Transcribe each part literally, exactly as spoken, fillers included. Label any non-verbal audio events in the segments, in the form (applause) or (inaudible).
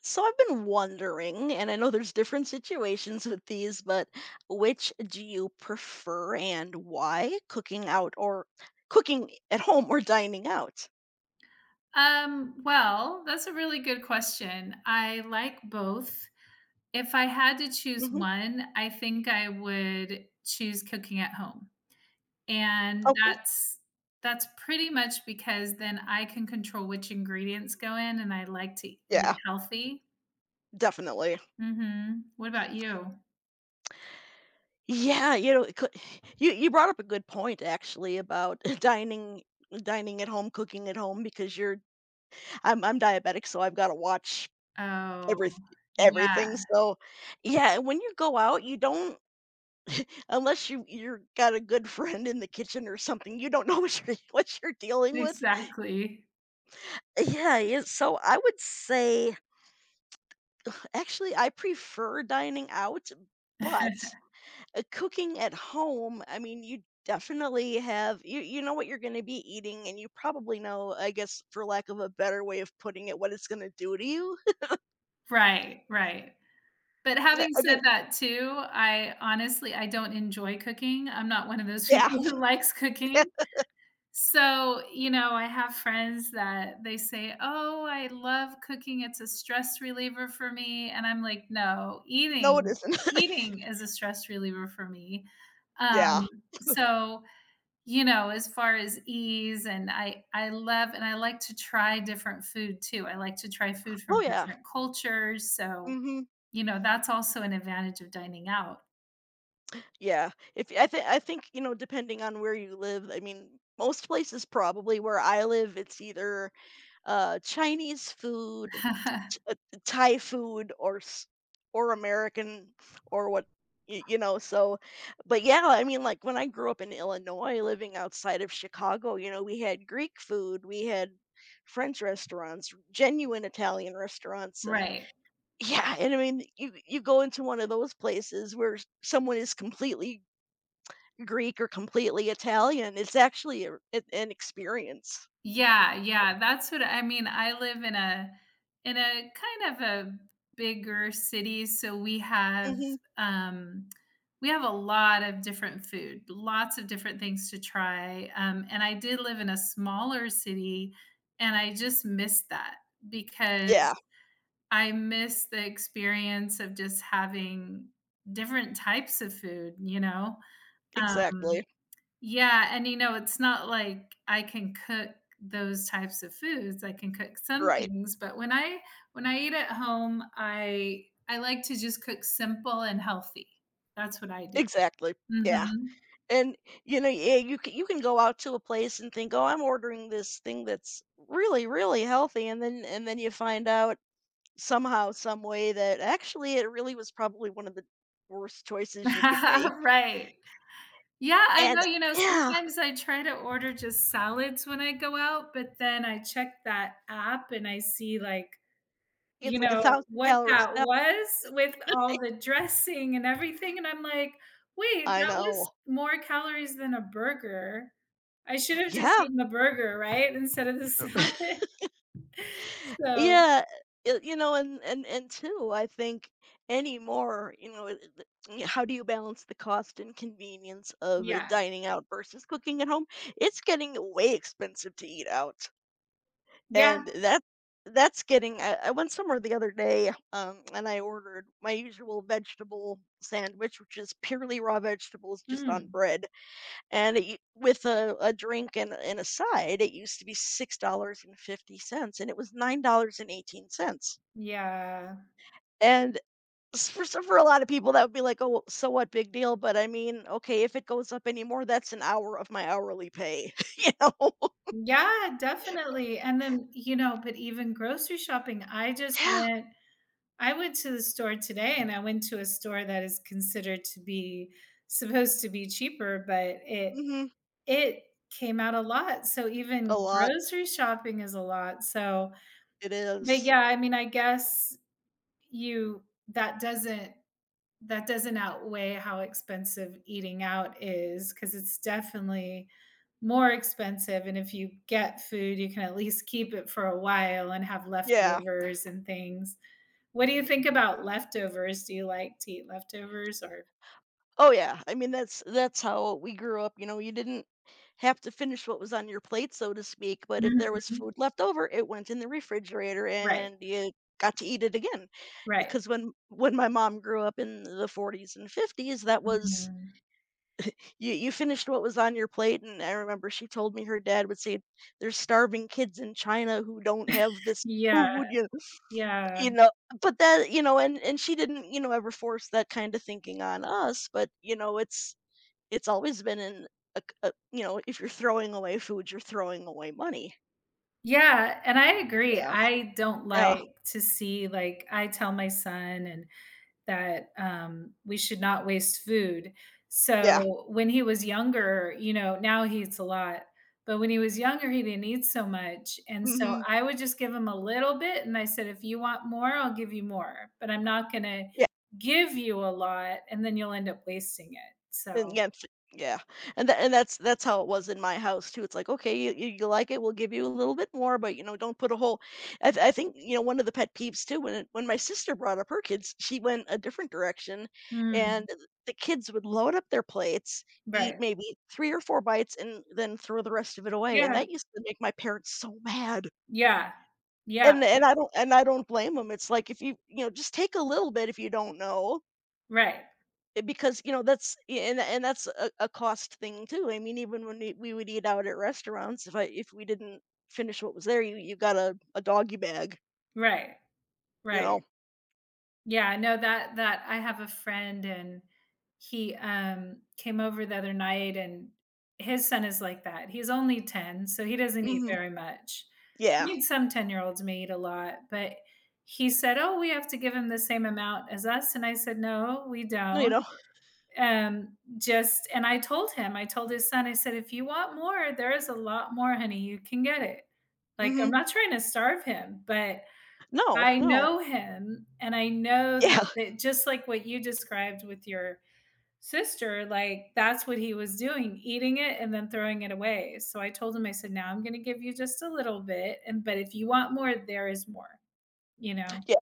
So I've been wondering, and I know there's different situations with these, but which do you prefer and why? Cooking out or cooking at home or dining out? Um, well, that's a really good question. I like both. If I had to choose hmm one, I think I would choose cooking at home. And Okay. that's that's pretty much because then I can control which ingredients go in and I like to eat Yeah, healthy. definitely. Mhm. What about you? Yeah, you know, it cou- you you brought up a good point actually about (laughs) dining dining at home, cooking at home because you're I'm I'm diabetic, so I've got to watch every Oh, yeah. everything. So, yeah, when you go out, you don't. Unless you you're got a good friend in the kitchen or something, you don't know what you're (laughs) what you're dealing with. Exactly. Yeah, yeah, so I would say (sighs) actually, I prefer dining out, but, uh, cooking at home, I mean, you definitely have you you know what you're gonna be eating, and you probably know, I guess, for lack of a better way of putting it, what it's gonna do to you. Right, right. But (laughs) having I mean said that too, I honestly I don't enjoy cooking. I'm not one of those (laughs) yeah, people who likes (laughs) yeah, cooking. So, you know, I have friends that they say, "Oh, I love cooking. It's a stress reliever for me." And I'm like, "No, no, it eating isn't. (laughs) eating is a stress reliever for me." Yeah. Um, so, you know, as far as ease and I I love and I like to try different food too. I like to try food from Oh, yeah. different cultures. So, Mhm. you know, that's also an advantage of dining out. Yeah, if I think I think you know, depending on where you live, I mean, most places probably where I live, it's either uh, Chinese food, Ch- (laughs) uh, Thai food, or s- or American, or what y- you know. So, but yeah, I mean, like when I grew up in Illinois, living outside of Chicago, you know, we had Greek food, we had French restaurants, genuine Italian restaurants, and Right. yeah, and I mean, you you go into one of those places where someone is completely Greek or completely Italian, it's actually a an an experience. Yeah, yeah, that's what I mean, I live in a in a kind of a bigger city, so we have, Mhm. um, we have a lot of different food, lots of different things to try, um, and I did live in a smaller city, and I just missed that because Yeah, I miss the experience of just having different types of food, you know? Um. exactly. Yeah, and, you know, it's not like I can cook those types of foods, I can cook some Right. things, but when I when I eat at home, I I like to just cook simple and healthy. That's what I do. Exactly. Yeah, Mhm. and, you know, yeah, you can you can go out to a place and think, "Oh, I'm ordering this thing that's really, really healthy," and then and then you find out somehow, some way that actually it really was probably one of the worst choices you could make, (laughs) Right. Yeah, I and know, you know, yeah, sometimes I try to order just salads when I go out, but then I check that app and I see, like, you it's like a know, one thousand what calorie that salad. was with all the dressing and everything, and I'm like, "Wait, I that was know. more calories than a burger. I should have just Yeah. eaten the burger, right, instead of the (laughs) salad." (laughs) So, Yeah, y you know, and and and two, I think anymore, you know, it it y how do you balance the cost and convenience of, uh, yeah. dining out versus cooking at home? It's getting way expensive to eat out, Yeah. and that that's getting I I went somewhere the other day, um, and I ordered my usual vegetable sandwich, which is purely raw vegetables just on Mm. bread, and it u with a a drink and and a side, it used to be six dollars and fifty cents, and fifty cents, and it was nine dollars and eighteen cents. Yeah. And s for so for a lot of people, that would be like, "Oh, so what, big deal?" But I mean, okay, if it goes up anymore, that's an hour of my hourly pay, (laughs) you know? (laughs) Yeah, definitely, and then, you know, but even grocery shopping, I just Yeah. went I went to the store today, and I went to a store that is considered to be supposed to be cheaper, but it Mhm. It came out a lot, so A even lot. grocery shopping is a lot, so It but is. yeah, I mean, I guess you that doesn't that doesn't outweigh how expensive eating out is because it's definitely more expensive, and if you get food, you can at least keep it for a while and have Yeah. leftovers and things. What do you think about leftovers? Do you like to eat leftovers or Oh, yeah. I mean, that's that's how we grew up, you know, you didn't have to finish what was on your plate, so to speak, but if there was Mhm. food left over, it went in the refrigerator Right, and you got to eat it again right. because when when my mom grew up in the forties and fifties, that was Mhm. You you finished what was on your plate, and I remember she told me her dad would say, "There's starving kids in China who don't have this Yeah, food," you know. yeah. You know? But that you know, and and she didn't, you know, ever force that kind of thinking on us, but, you know, it's it's always been in a c a you know, if you're throwing away food, you're throwing away money. Yeah, and I agree. Yeah. I don't Yeah. like to see, like I tell my son and that, um, we should not waste food. Yeah. So, when he was younger, you know, now he eats a lot, but when he was younger, he didn't eat so much, and so Mhm. I would just give him a little bit, and I said, "If you want more, I'll give you more, but I'm not gonna give you a lot, and then you'll end up wasting it." And So yeah, it's yeah, and tha and that's that's how it was in my house too. It's like, "Okay, you you you like it, we'll give you a little bit more, but, you know, don't put a whole." I th I think, you know, one of the pet peeves too, when it, when my sister brought up her kids, she went a different direction, mm, and th the kids would load up their plates, eat right. maybe three or four bites, and then throw the rest of it away, and Yeah, that used to make my parents so mad. yeah, yeah, And and I don't and I don't blame blame them. It's like, if you you know, just take a little bit if you don't know. right, Eh, because, you know, that's a and and that's a a cost thing too. I mean, even when we we would eat out at restaurants, if I if we didn't finish what was there, you you got a a doggy bag, right, you right. know? Yeah, no, that that I have a friend and he, um, came over the other night and his son is like that. He's only ten, so he doesn't eat Mhm. very much. I Yeah. mean, some ten-year-olds may eat a lot, but he said, "Oh, we have to give him the same amount as us," and I said, "No, we No, you don't." know? Um, just and I told him, I told his son, I said, "If you want more, there is a lot more, honey, you can get it." Like, I'm Mhm. not trying to starve him, but No, I no. know him, and I know that Yeah, that just like what you described with your sister, like, that's what he was doing, eating it and then throwing it away, so I told him, I said, "Now I'm gonna give you just a little bit, and but if you want more, there is more," you know? (laughs) yeah,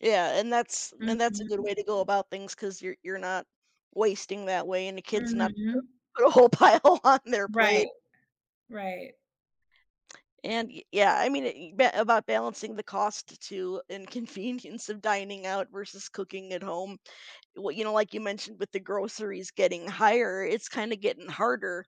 yeah, and that's and that's a good Mhm, way to go about things because you 'cause you're you're not wasting that way, and the kid's not gonna mhm. (laughs) put a whole (laughs) pile on their Right, plate. right, And y yeah, I mean, it ba about balancing the cost to and (laughs) convenience of dining out versus cooking at home. Well, you know, like you mentioned with the groceries getting higher, it's kind of getting harder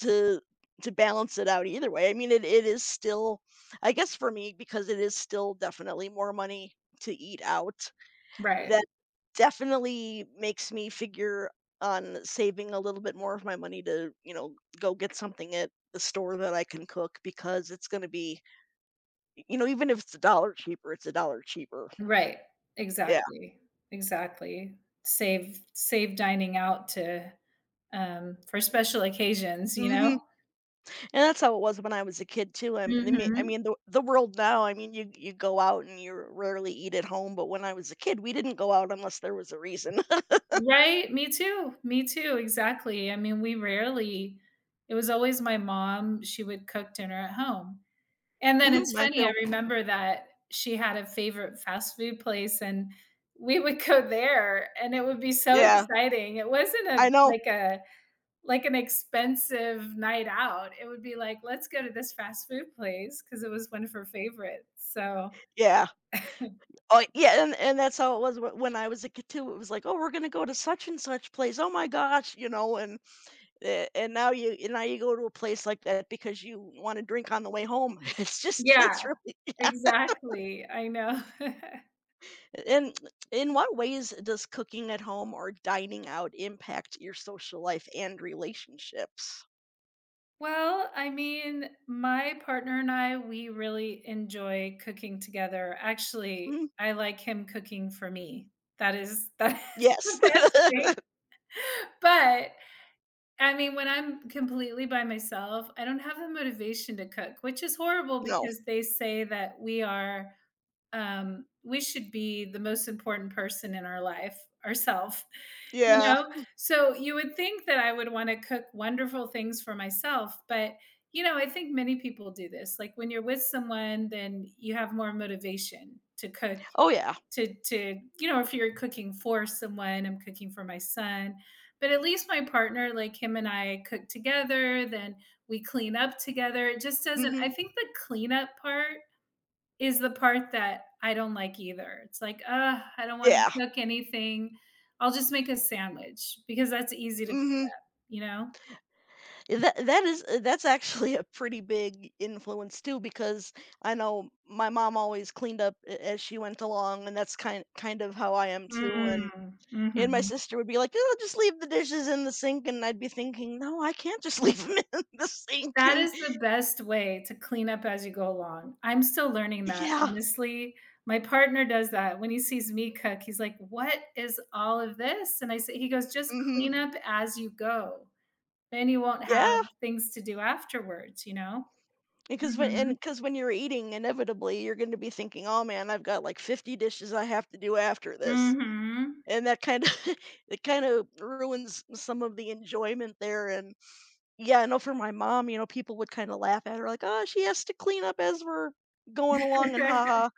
to to balance it out either way. I mean, it, it is still, I guess for me, because it is still definitely more money to eat out. right, That definitely makes me figure on saving a little bit more of my money to, you know, go get something at the store that I can cook because it's going to be, you know, even if it's a dollar cheaper, it's a dollar cheaper. right. Yeah. Exactly, exactly. Save save dining out to, um for special occasions, you hmm And know? that's how it was when I was a kid too. I m I mean I Mhm. mean, the the world now, I mean, you you go out and you rarely eat at home, but when I was a kid, we didn't go out unless there was a reason. (laughs) Right, me too, me too, exactly. I mean, we rarely it was always my mom, she would cook dinner at home, and then Mhm, it's mine funny, I too. remember that she had a favorite fast food place, and we would go there, and it would be so Yeah, exciting. It wasn't a I know. like a like an expensive night out, it would be like, "Let's go to this fast food place because it was one of her favorites, so Yeah. Oh, yeah, and and that's how it was wh when I was a kid too. It was like, "Oh, we're gonna go to such and such place. Oh my gosh," you know, and a and now you and now you go to a place like that because you wanna drink on the way home. (laughs) It's just yeah, it's really (laughs) yeah. exactly, I know." (laughs) And in what ways does cooking at home or dining out impact your social life and relationships? Well, I mean, my partner and I, we really enjoy cooking together. Actually, Mm, I like him cooking for me. That is (laughs) that is the yes. (laughs) best thing. But I mean, when I'm completely by myself, I don't have the motivation to cook, which is horrible No. because they say that we are um, we should be the most important person in our life, ourselves, (laughs) you Yeah. know? So you would think that I would want to cook wonderful things for myself, but you know, I think many people do this. Like when you're with someone, then you have more motivation to cook, Oh, yeah. to to, you know, if you're cooking for someone, I'm cooking for my son. But at least my partner, like him and I cook together, then we clean up together. It just doesn't, I Mhm. think the cleanup part is the part that I don't like either. It's like, "Ugh, I don't wanna Yeah. cook anything. I'll just make a sandwich," because that's easy to clean Mhm. up, you know? That that is uh, that's actually a pretty big influence too because I know my mom always cleaned up a- as she went along and that's kind kind of how I am too and Mm, mhm. and my sister would be like, "Oh, just leave the dishes in the sink," and I'd be thinking, "No, I can't just leave them (laughs) in the sink." That And is the best way to clean up as you go along. I'm still learning that, yeah. honestly. My partner does that. When he sees me cook, he's like, "What is all of this?" And I say he goes, "Just Mhm. clean up as you go. Then you won't Yeah, have things to do afterwards," you know? because when and Mhm. because when you're eating, inevitably, you're gonna be thinking, "Oh, man, I've got, like, fifty dishes I have to do after this," Mhm. and that kinda (laughs) it kinda ruins some of the enjoyment there, and yeah, I know for my mom, you know, people would kinda laugh at her like, "Oh, she has to clean up as we're going along," and (laughs) haha.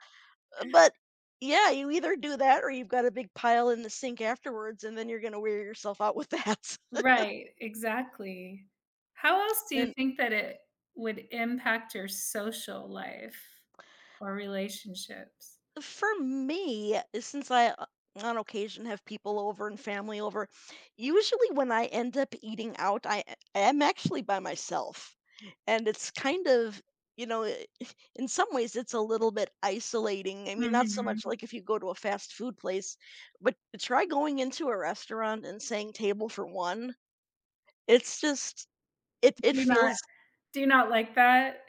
uh, but yeah, you either do that or you've got a big pile in the sink afterwards, and then you're gonna wear yourself out with that, Right, exactly. How (laughs) else do you and think that it would impact your social life or relationships? for me, since I uh, on occasion have people over and family over, usually when I end up eating out, I am actually by myself. And it's kind of, you know, i- (laughs) in some ways it's a little bit isolating. I mean, not so much Mhm. like if you go to a fast food place, but try going into a restaurant and saying table for one. It's just it Do it you not feels do you not like that?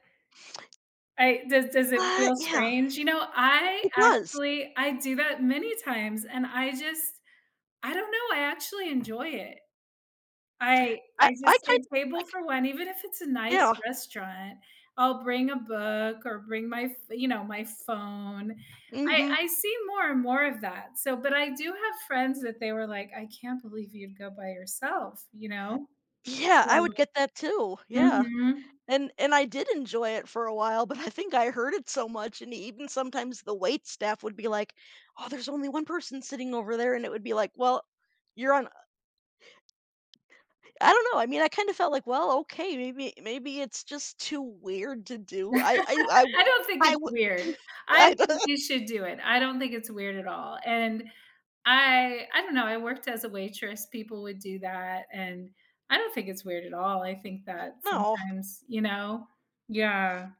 I does does it uh feel yeah, strange? You know, I it does. actually I do that many times, and I just I don't know, I actually enjoy it. I I I I just kind say of table like for one, even if it's a yeah. nice restaurant, I'll bring a book or bring my ph you know, my phone. Mhm. I I see more and more of that. So but I do have friends that they were like, "I can't believe you'd go by yourself," you know? Yeah, So I would get that too. Yeah. mhm. And and I did enjoy it for a while, but I think I heard it so much and even sometimes the wait staff would be like, "Oh, there's only one person sitting over there." And it would be like, "Well, you're on I don't know. I mean, I kind of felt like, "Well, okay, maybe maybe it's just too weird to do." I I I w- I don't think I it's w- weird. (laughs) I I think don't you should do it. I don't think it's weird at all, and I I don't know, I worked as a waitress, people would do that, and I don't think it's weird at all, I think that (laughs) no. sometimes you know? Yeah.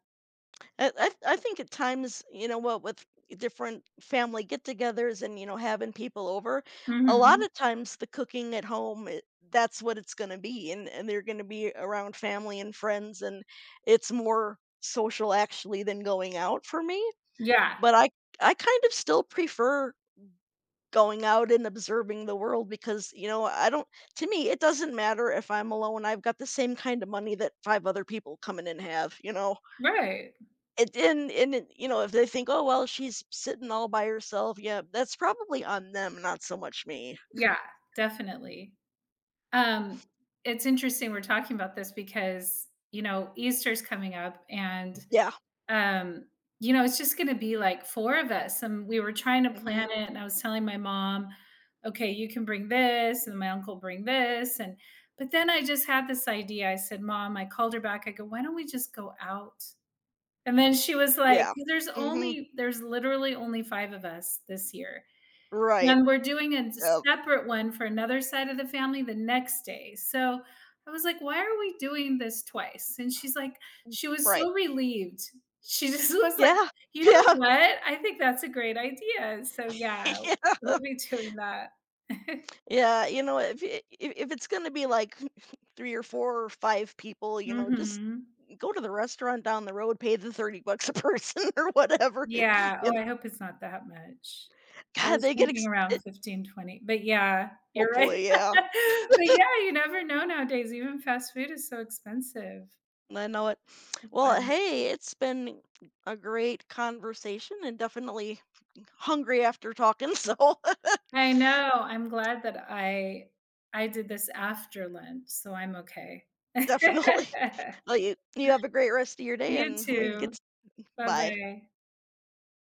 I, I I think at times, you know what, with different family get-togethers and you know having people over, a lot Mhm. of times the cooking at home it, that's what it's going to be, and and they're going to be around family and friends, and it's more social actually than going out for me. Yeah. But I I kind of still prefer going out and observing the world because you know I don't to me it doesn't matter if I'm alone. I've got the same kind of money that five other people coming in have. You know. Right. And then and then, you know, if they think, "Oh, well, she's sitting all by herself," yeah, that's probably on them, not so much me. Yeah, definitely. Um, it's interesting we're talking about this because, you know, Easter's coming up, and Yeah. Um, you know, it's just gonna be like four of us, and we were trying to Mhm. plan it, and I was telling my mom, "Okay, you can bring this, and my uncle bring this," and but then I just had this idea. I said, "Mom," I called her back, I go, "Why don't we just go out?" And then she was like, Yeah. there's Mhm. only there's literally only five of us this year. Right. And we're doing a Yep. separate one for another side of the family the next day. So I was like, "Why are we doing this twice?" And she's like she was Right. so relieved. She just (laughs) was like, Yeah. "You know (laughs) Yeah. what? I think that's a great idea." So (laughs) yeah, we'll Yeah. be doing that. (laughs) Yeah, you know, if I if if it's gonna be, like, (laughs) three or four or five people, you know, just Mhm. go to the restaurant down the road, pay the thirty bucks a person (laughs) or whatever, and Yeah. Oh, and I hope it's not that much. I God, was they get thinking ex around it fifteen twenty, but yeah, you're right. hopefully, (laughs) yeah. But yeah, you never know nowadays, even fast food is so expensive. I know it. Well, hey, it's been a great conversation and definitely hungry after talking. (laughs) So I know. I'm glad that I I did this after Lent, so I'm okay. (laughs) definitely, well, you, you have a great rest of your day You and maybe too. get bye. Bye-bye.